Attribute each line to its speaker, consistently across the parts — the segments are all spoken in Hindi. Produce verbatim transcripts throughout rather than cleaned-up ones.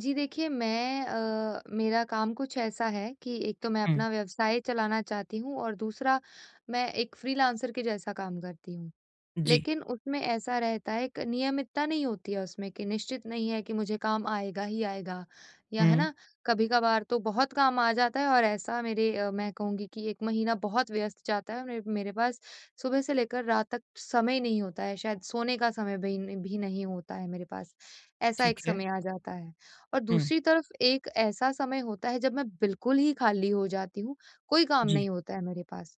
Speaker 1: जी देखिए, मैं अ, मेरा काम कुछ ऐसा है कि एक तो मैं
Speaker 2: हुँ,
Speaker 1: अपना व्यवसाय चलाना चाहती हूँ और दूसरा मैं एक फ्रीलांसर के जैसा काम करती हूँ।
Speaker 2: जी।
Speaker 1: लेकिन उसमें ऐसा रहता है, एक नियमितता नहीं होती है उसमें कि निश्चित नहीं है कि मुझे काम आएगा ही आएगा या है
Speaker 2: हुँ।
Speaker 1: ना? कभी-कभार तो बहुत काम आ जाता है और ऐसा मेरे अ, मैं कहूँगी कि एक महीना बहुत व्यस्त जाता है। मेरे मेरे पास सुबह से लेकर रात तक समय नहीं होता है, शायद सोने का समय भी न भी नहीं होता है मेरे पास। ऐसा एक
Speaker 2: ठीक है।
Speaker 1: समय आ जाता है और
Speaker 2: हुँ,
Speaker 1: दूसरी तरफ एक ऐसा समय होता है जब मैं बिल्कुल ही खाली हो जाती हूँ, कोई काम
Speaker 2: जी।
Speaker 1: नहीं होता है मेरे पास।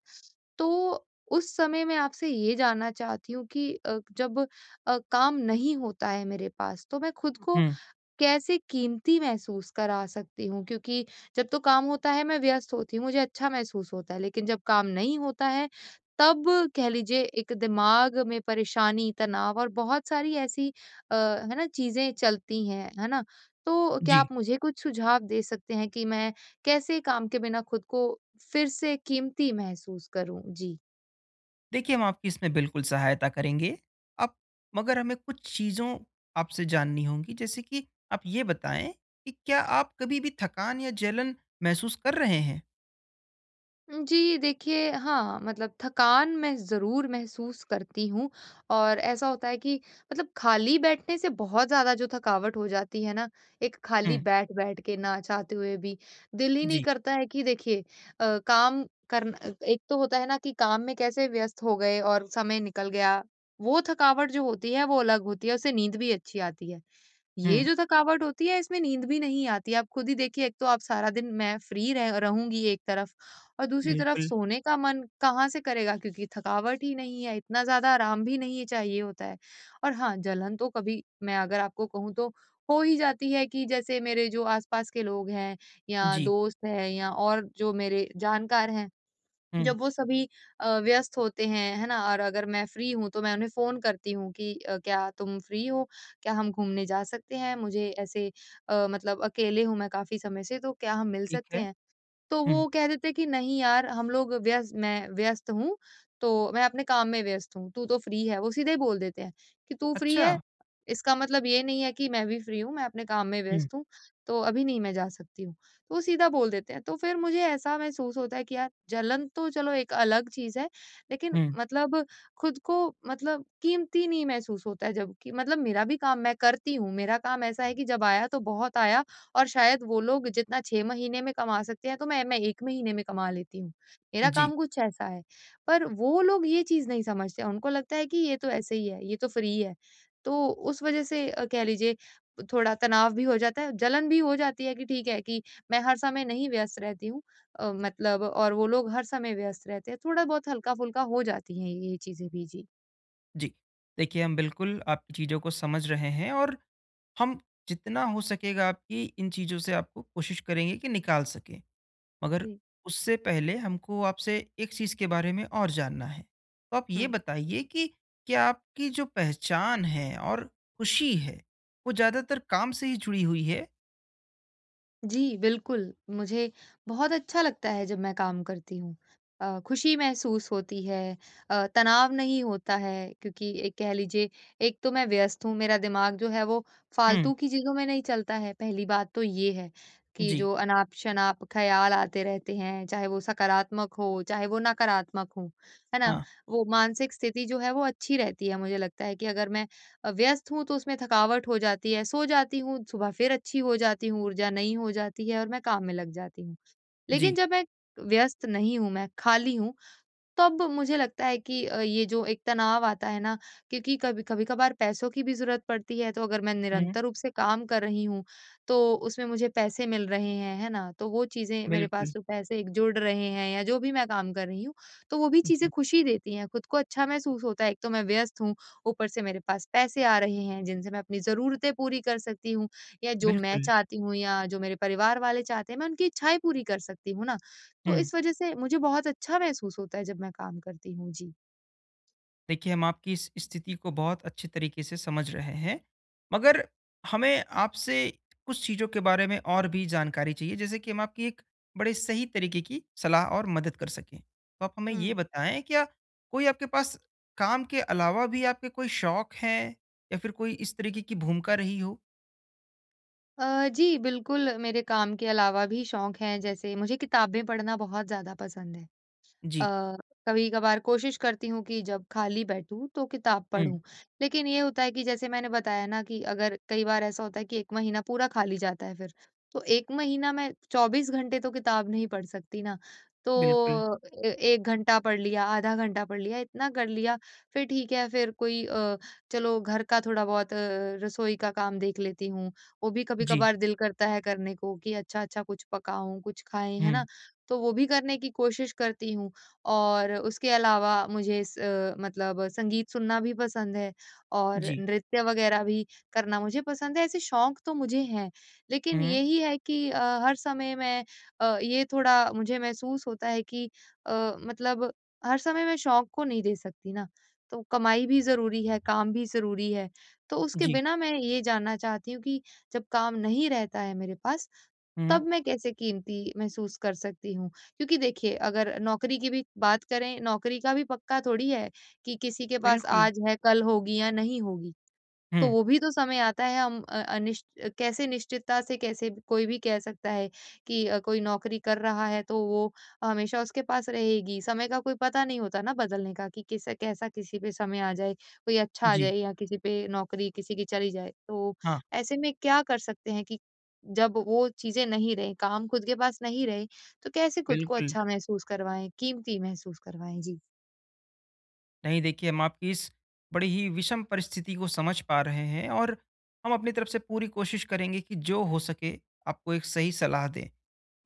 Speaker 1: तो उस समय मैं आपसे ये जानना चाहती हूँ कि अ, जब अ, काम नहीं होता है मेरे पास तो मैं खुद को
Speaker 2: हुँ,
Speaker 1: कैसे कीमती महसूस करा सकती हूँ? क्योंकि जब तो काम होता है मैं व्यस्त होती हूँ, मुझे अच्छा महसूस होता है, लेकिन जब काम नहीं होता है तब कह लीजिए एक दिमाग में परेशानी, तनाव और बहुत सारी ऐसी अ, है ना चीज़ें चलती हैं, है ना? तो क्या
Speaker 2: जी।
Speaker 1: आप मुझे कुछ सुझाव दे सकते हैं कि मैं कैसे काम के बिना खुद को फिर से कीमती महसूस करूँ? जी।
Speaker 2: देखिए, हम आपकी इसमें बिल्कुल सहायता करेंगे। आप मगर हमें कुछ चीज़ों आपसे जाननी होंगी, जैसे कि आप ये बताएँ कि क्या आप कभी भी थकान या जलन महसूस कर रहे हैं?
Speaker 1: जी, देखिए हाँ, मतलब थकान मैं ज़रूर महसूस करती हूँ और ऐसा होता है कि मतलब खाली बैठने से बहुत ज़्यादा जो थकावट हो जाती है ना, एक खाली
Speaker 2: हुँ,
Speaker 1: बैठ-बैठ के ना चाहते हुए भी, दिल ही नहीं
Speaker 2: जी।
Speaker 1: करता है कि देखिए अ, काम करना एक तो होता है ना कि काम में कैसे व्यस्त हो गए और समय निकल गया, वो थकावट जो होती है वो अलग होती है, उससे नींद भी अच्छी आती है। ये
Speaker 2: हुँ,
Speaker 1: जो थकावट होती है इसमें नींद भी नहीं आती। आप खुद ही देखिए एक तो आप सारा दिन मैं फ्री रह रहूँगी एक तरफ और दूसरी तरफ
Speaker 2: बिल्कुल।
Speaker 1: सोने का मन कहाँ से करेगा क्योंकि थकावट ही नहीं है, इतना ज़्यादा आराम भी नहीं चाहिए होता है। और हाँ, जलन तो कभी मैं अगर आपको कहूँ तो हो ही जाती है कि जैसे मेरे जो आस-पास के लोग हैं या
Speaker 2: जी।
Speaker 1: दोस्त हैं या और जो मेरे जानकार हैं,
Speaker 2: हुँ,
Speaker 1: जब वो सभी अ, व्यस्त होते हैं, है ना? और अगर मैं फ्री हूँ तो मैं उन्हें फ़ोन करती हूँ कि अ, "क्या तुम फ्री हो? क्या हम घूमने जा सकते हैं? मुझे ऐसे अ, मतलब अकेले हूँ मैं काफ़ी समय से, तो क्या हम मिल
Speaker 2: ठीक
Speaker 1: सकते
Speaker 2: है।
Speaker 1: हैं?" तो
Speaker 2: हुँ,
Speaker 1: वो कह देते कि नहीं यार हम लोग व्यस्त मैं व्यस्त हूँ, तो मैं अपने काम में व्यस्त हूँ, तू तो फ्री है। वो सीधे ही बोल देते हैं कि तू फ्री
Speaker 2: अच्छा।
Speaker 1: है, इसका मतलब ये नहीं है कि मैं भी फ्री हूँ, मैं अपने काम में
Speaker 2: हुँ,
Speaker 1: व्यस्त हूँ, तो अभी नहीं मैं जा सकती हूँ। तो वो सीधा बोल देते हैं। तो फिर मुझे ऐसा महसूस होता है कि यार जलन तो चलो एक अलग चीज़ है, लेकिन
Speaker 2: हुँ,
Speaker 1: मतलब खुद को मतलब कीमती नहीं महसूस होता है जब कि मतलब मेरा भी काम मैं करती हूँ। मेरा काम ऐसा है कि जब आया तो बहुत आया और शायद वो लोग जितना छह महीने में कमा सकते हैं, तो मैं मैं एक महीने में कमा लेती हूँ। मेरा
Speaker 2: जी,
Speaker 1: काम कुछ ऐसा है। पर वो लोग ये चीज़ नहीं समझते, उनको लगता है कि ये तो ऐसे ही है, ये तो फ्री है। तो उस वज़ह से अ, कह लीजिए थोड़ा तनाव भी हो जाता है, जलन भी हो जाती है कि ठीक है कि मैं हर समय नहीं व्यस्त रहती हूँ अ, मतलब और वो लोग हर समय व्यस्त रहते हैं। थोड़ा बहुत हल्का-फुल्का हो जाती हैं ये चीज़ें भी। जी।
Speaker 2: जी। देखिए, हम बिल्कुल आपकी चीज़ों को समझ रहे हैं और हम जितना हो सकेगा आपकी इन चीज़ों से आपको कोशिश करेंगे कि निकाल सकें। मगर
Speaker 1: जी।
Speaker 2: उससे पहले हमको आपसे एक चीज़ के बारे में और जानना है। तो आप ये
Speaker 1: हुँ।
Speaker 2: बताइए कि क्या आपकी जो पहचान है और खुशी है, वो ज़्यादातर काम से ही जुड़ी हुई है?
Speaker 1: जी, बिल्कुल। मुझे बहुत अच्छा लगता है जब मैं काम करती हूँ। अ, खुशी महसूस होती है, अ, तनाव नहीं होता है क्योंकि एक कह लीजिए एक तो मैं व्यस्त हूँ, मेरा दिमाग जो है वो
Speaker 2: हुँ,
Speaker 1: फालतू की चीज़ों में नहीं चलता है। पहली बात तो ये है कि
Speaker 2: जी,
Speaker 1: जो अनाप-शनाप ख़्याल आते रहते हैं, चाहे वो सकारात्मक हो, चाहे वो नकारात्मक हो, है ना?
Speaker 2: हाँ,
Speaker 1: वो मानसिक स्थिति जो है वो अच्छी रहती है। मुझे लगता है कि अगर मैं अ, व्यस्त हूँ तो उसमें थकावट हो जाती है, सो जाती हूँ, सुबह फिर अच्छी हो जाती हूँ, ऊर्जा नई हो जाती है और मैं काम में लग जाती हूँ। लेकिन
Speaker 2: जी,
Speaker 1: जब मैं व्यस्त नहीं हूँ, मैं खाली हूँ, तब मुझे लगता है कि अ, ये जो एक तनाव आता है ना क्योंकि कभी कभी-कभार पैसों की भी ज़रूरत पड़ती है, तो अगर मैं
Speaker 2: हुँ,
Speaker 1: निरंतर रूप से काम कर रही हूँ, तो उसमें मुझे पैसे मिल रहे हैं, है ना? तो वो चीज़ें मेरे पास
Speaker 2: बिल्कुल,
Speaker 1: जो पैसे एक जुड़ रहे हैं या जो भी मैं काम कर रही हूँ, तो वो भी चीज़ें
Speaker 2: जी,
Speaker 1: खुशी देती हैं, खुद को अच्छा महसूस होता है। एक तो मैं व्यस्त हूँ, ऊपर से मेरे पास पैसे आ रहे हैं जिनसे मैं अपनी ज़रूरतें पूरी कर सकती हूँ या जो मैं
Speaker 2: बिल्कुल,
Speaker 1: चाहती हूँ या जो मेरे परिवार वाले चाहते हैं, मैं उनकी इच्छाएँ पूरी कर सकती हूँ ना। तो
Speaker 2: हुँ।
Speaker 1: इस वजह से मुझे बहुत अच्छा महसूस होता है जब मैं काम करती हूँ। जी।
Speaker 2: देखिए, हम आपकी इस स्थिति को बहुत अच्छे तरीके से समझ रहे हैं। मगर हमें आपसे कुछ चीज़ों के बारे में और भी जानकारी चाहिए, जैसे कि हम आपकी एक बड़े सही तरीके की सलाह और मदद कर सकें। तो आप हमें ये
Speaker 1: हुँ।
Speaker 2: बताएँ, क्या कोई आपके पास काम के अलावा भी आपके कोई शौक हैं या फिर कोई इस तरीके की भूमिका रही हो?
Speaker 1: अ, जी बिल्कुल मेरे काम के अलावा भी शौक हैं जैसे मुझे किताबें पढ़ना बहुत ज़्यादा पसंद है।
Speaker 2: जी।
Speaker 1: अ, कभी-कभार कोशिश करती हूँ कि जब खाली बैठूँ तो किताब
Speaker 2: हुँ,
Speaker 1: पढूँ। लेकिन ये होता है कि जैसे मैंने बताया ना कि अगर कई बार ऐसा होता है कि एक महीना पूरा खाली जाता है फिर। तो एक महीना मैं चौबीस घंटे तो किताब नहीं पढ़ सकती ना। तो
Speaker 2: बिल्कुल।
Speaker 1: ए एक घंटा पढ़ लिया, आधा घंटा पढ़ लिया, इतना कर लिया, फिर ठीक है फिर कोई अ, चलो घर का थोड़ा-बहुत अ, रसोई का काम देख लेती हूँ। वो भी
Speaker 2: जी।
Speaker 1: कभी-कभार दिल करता है करने को कि अच्छा-अच्छा कुछ पकाऊँ, कुछ खाएँ, है
Speaker 2: हुँ,
Speaker 1: ना? तो वो भी करने की कोशिश करती हूँ। और उसके अलावा मुझे स अ, मतलब संगीत सुनना भी पसंद है और
Speaker 2: जी।
Speaker 1: नृत्य वगैरह भी करना मुझे पसंद है। ऐसे शौक तो मुझे हैं, लेकिन
Speaker 2: हुँ,
Speaker 1: यही है कि अ, हर समय मैं अ, ये थोड़ा मुझे महसूस होता है कि अ, मतलब हर समय मैं शौक को नहीं दे सकती ना। तो कमाई भी ज़रूरी है, काम भी ज़रूरी है। तो उसके
Speaker 2: जी।
Speaker 1: बिना मैं ये जानना चाहती हूँ कि जब काम नहीं रहता है मेरे पास,
Speaker 2: हुँ,
Speaker 1: तब मैं कैसे कीमती महसूस कर सकती हूँ? क्योंकि देखिए अगर नौकरी की भी बात करें, नौकरी का भी पक्का थोड़ी है कि किसी के पास
Speaker 2: बिल्कुल।
Speaker 1: आज है, कल होगी या नहीं होगी। तो
Speaker 2: हुँ,
Speaker 1: वो भी तो समय आता है हम अ, अनिश्च कैसे निश्चितता से कैसे भी- कोई भी कह सकता है कि अ, कोई नौकरी कर रहा है तो वो हमेशा उसके पास रहेगी। समय का कोई पता नहीं होता ना बदलने का कि किस कैसा किसी पे समय आ जाए, कोई अच्छा आ
Speaker 2: जी।
Speaker 1: जाए या किसी पे नौकरी किसी की चली जाए। तो
Speaker 2: हाँ,
Speaker 1: ऐसे में क्या कर सकते हैं कि जब वो चीज़ें नहीं रहे, काम खुद के पास नहीं रहे, तो कैसे खुद को
Speaker 2: बिल्कुल।
Speaker 1: अच्छा महसूस करवाएँ, कीमती महसूस करवाएँ? जी।
Speaker 2: नहीं, देखिए, हम आपकी इस बड़ी ही विषम परिस्थिति को समझ पा रहे हैं और हम अपनी तरफ से पूरी कोशिश करेंगे कि जो हो सके आपको एक सही सलाह दें।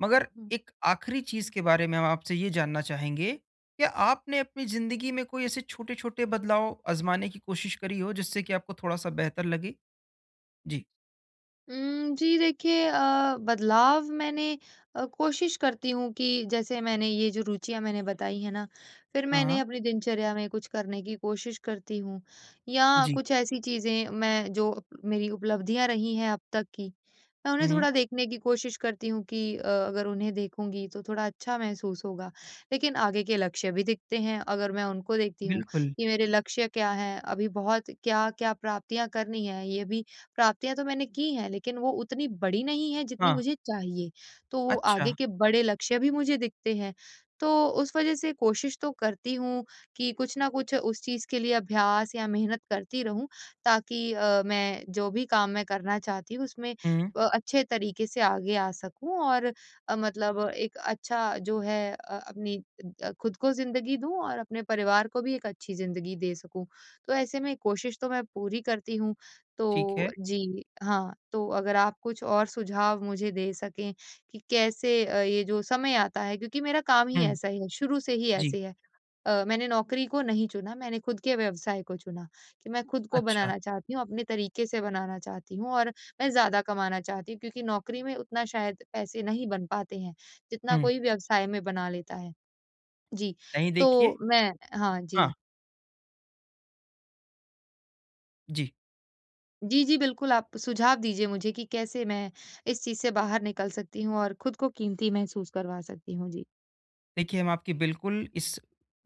Speaker 2: मगर एक आखिरी चीज़ के बारे में हम आपसे ये जानना चाहेंगे, क्या आपने अपनी ज़िंदगी में कोई ऐसे छोटे-छोटे बदलाव आज़माने की कोशिश करी हो जिससे कि आपको थोड़ा-सा बेहतर लगे? जी।
Speaker 1: उम, जी देखिए अ, बदलाव मैंने अ, कोशिश करती हूँ कि जैसे मैंने ये जो रुचियाँ मैंने बताई हैं ना, फिर
Speaker 2: हाँ,
Speaker 1: मैंने
Speaker 2: हाँ।
Speaker 1: अपनी दिनचर्या में कुछ करने की कोशिश करती हूँ या
Speaker 2: जी।
Speaker 1: कुछ ऐसी चीज़ें मैं जो अप- मेरी उपलब्धियाँ रही हैं अब तक की, मैं उन्हें
Speaker 2: हुँ, हुँ।
Speaker 1: थोड़ा देखने की कोशिश करती हूँ कि अ, अगर उन्हें देखूँगी तो थोड़ा अच्छा महसूस होगा। लेकिन आगे के लक्ष्य भी दिखते हैं, अगर मैं उनको देखती हूँ
Speaker 2: बिल्कुल।
Speaker 1: कि मेरे लक्ष्य क्या हैं, अभी बहुत क्या-क्या प्राप्तियाँ करनी हैं, ये भी प्राप्तियाँ तो मैंने की हैं, लेकिन वो उतनी बड़ी नहीं है जितनी
Speaker 2: हाँ।
Speaker 1: मुझे चाहिए। तो वो आगे
Speaker 2: अच्छा।
Speaker 1: के बड़े लक्ष्य भी मुझे दिखते हैं। तो उस वज़ह से कोशिश तो करती हूँ कि कुछ न कुछ उस चीज़ के लिए अभ्यास या मेहनत करती रहूँ ताकि अ, मैं जो भी काम मैं करना चाहती हूँ उसमें
Speaker 2: हुँ,
Speaker 1: अ, अच्छे तरीके से आगे आ सकूँ और अ, मतलब एक अच्छा जो है अ, अपनी अ, खुद को ज़िंदगी दूँ और अपने परिवार को भी एक अच्छी ज़िंदगी दे सकूँ। तो ऐसे में कोशिश तो मैं पूरी करती हूँ
Speaker 2: ठीक
Speaker 1: तो
Speaker 2: है।
Speaker 1: जी, हाँ, तो अगर आप कुछ और सुझाव मुझे दे सकें कि कैसे अ, ये जो समय आता है क्योंकि मेरा काम ही
Speaker 2: हुँ,
Speaker 1: ऐसा ही है, शुरू से ही
Speaker 2: जी।
Speaker 1: ऐसे ही है। अ, मैंने नौकरी को नहीं चुना, मैंने खुद के व्यवसाय को चुना कि मैं खुद को
Speaker 2: अच्छा।
Speaker 1: बनाना चाहती हूँ, अपने तरीके से बनाना चाहती हूँ और मैं ज़्यादा कमाना चाहती हूँ क्योंकि नौकरी में उतना शायद पैसे नहीं बन पाते हैं, जितना
Speaker 2: हुँ।
Speaker 1: कोई व्यवसाय में बना लेता है। जी,
Speaker 2: नहीं, देखिए।
Speaker 1: तो मैं हाँ
Speaker 2: हाँ,
Speaker 1: जी।
Speaker 2: जी।
Speaker 1: जी, जी, बिल्कुल, आप सुझाव दीजिए मुझे कि कैसे मैं इस चीज़ से बाहर निकल सकती हूँ और खुद को कीमती महसूस करवा सकती हूँ? जी।
Speaker 2: देखिए, हम आपकी बिल्कुल इस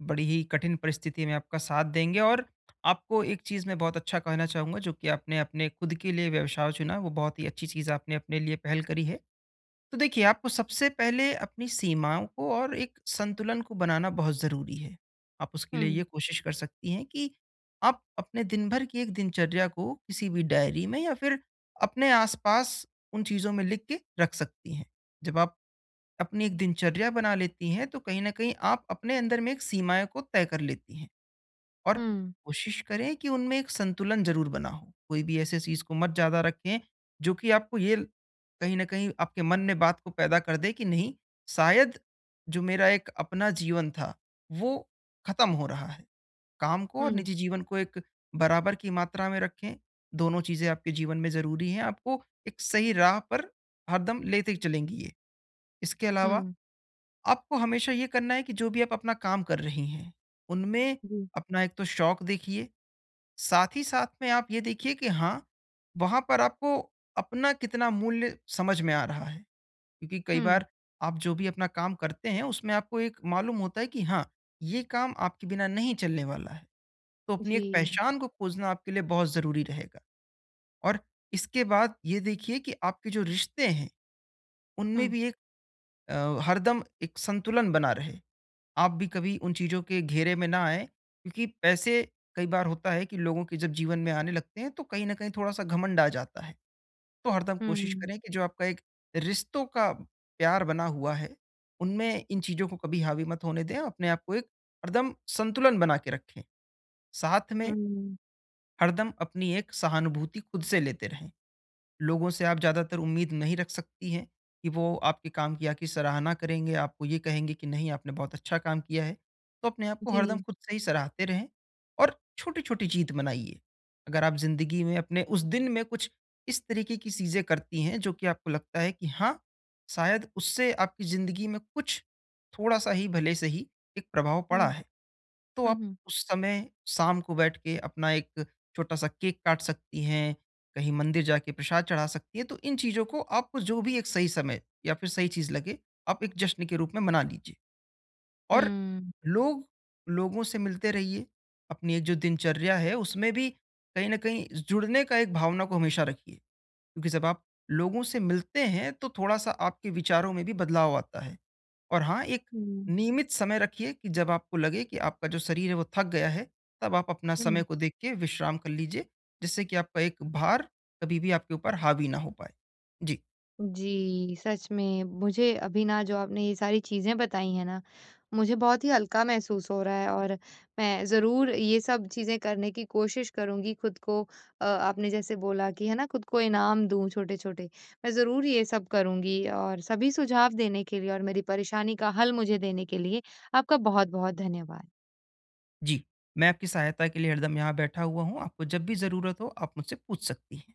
Speaker 2: बड़ी ही कठिन परिस्थिति में आपका साथ देंगे और आपको एक चीज़ मैं बहुत अच्छा कहना चाहूँगा जो कि आपने अपने खुद के लिए व्यवसाय चुना, वो बहुत ही अच्छी चीज़ आपने अपने लिए पहल करी है। तो देखिए, आपको सबसे पहले अपनी सीमाओं को और एक संतुलन को बनाना बहुत ज़रूरी है। आप उसके लिए
Speaker 1: हुँ,
Speaker 2: ये कोशिश कर सकती हैं कि आप अपने दिन भर की एक दिनचर्या को किसी भी डायरी में या फिर अपने आस-पास उन चीज़ों में लिख के रख सकती हैं। जब आप अपनी एक दिनचर्या बना लेती हैं, तो कहीं न कहीं आप अपने अंदर में एक सीमाएँ को तय कर लेती हैं और
Speaker 1: हुँ,
Speaker 2: कोशिश करें कि उनमें एक संतुलन ज़रूर बना हो। कोई भी ऐसे चीज़ को मत ज़्यादा रखें, जो कि आपको ये ल कहीं न कहीं आपके मन में बात को पैदा कर दे कि नहीं, शायद जो मेरा एक अपना जीवन था, वो खत्म हो रहा है। काम को और
Speaker 1: हुँ,
Speaker 2: निजी जीवन को एक बराबर की मात्रा में रखें, दोनों चीज़ें आपके जीवन में ज़रूरी हैं, आपको एक सही राह पर हरदम लेते चलेंगी ये। इसके अलावा
Speaker 1: हुँ,
Speaker 2: आपको हमेशा ये करना है कि जो भी आप अपना काम कर रही हैं, उनमें
Speaker 1: जी,
Speaker 2: अपना एक तो शौक देखिए, साथ ही साथ में आप ये देखिए कि हाँ, वहाँ पर आपको अपना कितना मूल्य समझ में आ रहा है। क्योंकि कई
Speaker 1: हुँ,
Speaker 2: बार आप जो भी अपना काम करते हैं, उसमें आपको एक मालूम होता है कि हाँ, ये काम आपके बिना नहीं चलने वाला है। तो अपनी एक
Speaker 1: जी,
Speaker 2: पहचान को खोजना आपके लिए बहुत ज़रूरी रहेगा और इसके बाद ये देखिए कि आपके जो रिश्ते हैं, उनमें
Speaker 1: हुँ,
Speaker 2: भी एक अ, हरदम एक संतुलन बना रहे। आप भी कभी उन चीज़ों के घेरे में ना आएँ, क्योंकि पैसे कई बार होता है कि लोगों के जब जीवन में आने लगते हैं, तो कहीं न कहीं थोड़ा-सा घमंड आ जाता है। तो हरदम कोशिश
Speaker 1: हुँ,
Speaker 2: करें कि जो आपका एक रिश्तों का प्यार बना हुआ है, उनमें इन चीज़ों को कभी हावी मत होने दें। अपने आप को एक हरदम संतुलन बना के रखें। साथ में
Speaker 1: हुँ,
Speaker 2: हरदम अपनी एक सहानुभूति खुद से लेते रहें। लोगों से आप ज़्यादातर उम्मीद नहीं रख सकती हैं कि वो आपके काम की आखिर सराहना करेंगे, आपको ये कहेंगे कि नहीं आपने बहुत अच्छा काम किया है। तो अपने आप को हरदम
Speaker 1: जी,
Speaker 2: खुद से ही सराहते रहें और छोटी-छोटी जीत मनाइए। अगर आप ज़िंदगी में अपने उस दिन में कुछ इस तरीके की चीज़ें करती हैं जो कि आपको लगता है कि हाँ, शायद उससे आपकी ज़िंदगी में कुछ थोड़ा-सा ही भले से ही एक प्रभाव
Speaker 1: हुँ,
Speaker 2: पड़ा है। तो
Speaker 1: हुँ,
Speaker 2: आप
Speaker 1: हुँ,
Speaker 2: उस समय शाम को बैठ के अपना एक छोटा-सा केक काट सकती हैं, कहीं मंदिर जाके प्रसाद चढ़ा सकती हैं। तो इन चीज़ों को आपको जो भी एक सही समय या फिर सही चीज़ लगे, आप एक जश्न के रूप में मना लीजिए। और लोग लोगों से मिलते रहिए, अपनी एक जो दिनचर्या है उसमें भी कहीं न कहीं जुड़ने का एक भावना को हमेशा रखिए। क्योंकि जब आप लोगों से मिलते हैं, तो थोड़ा-सा आपके विचारों में भी बदलाव आता है। और हाँ, एक
Speaker 1: हुँ,
Speaker 2: नियमित समय रखिए कि जब आपको लगे कि आपका जो शरीर है वो थक गया है, तब आप अपना समय
Speaker 1: हुँ।
Speaker 2: को देख के विश्राम कर लीजिए, जिससे कि आपका एक भार कभी भी आपके ऊपर हावी ना हो पाए। जी,
Speaker 1: जी, सच में। मुझे अभी ना जो आपने ये सारी चीज़ें बताई हैं ना, मुझे बहुत ही हल्का महसूस हो रहा है और मैं ज़रूर ये सब चीज़ें करने की कोशिश करूँगी खुद को अ, आपने जैसे बोला कि है ना खुद को इनाम दूँ छोटे-छोटे। मैं ज़रूर ये सब करूँगी और सभी सुझाव देने के लिए और मेरी परेशानी का हल मुझे देने के लिए आपका बहुत-बहुत धन्यवाद।
Speaker 2: जी। मैं आपकी सहायता के लिए हरदम यहाँ बैठा हुआ हूँ, आपको जब भी ज़रूरत हो आप मुझसे पूछ सकती हैं।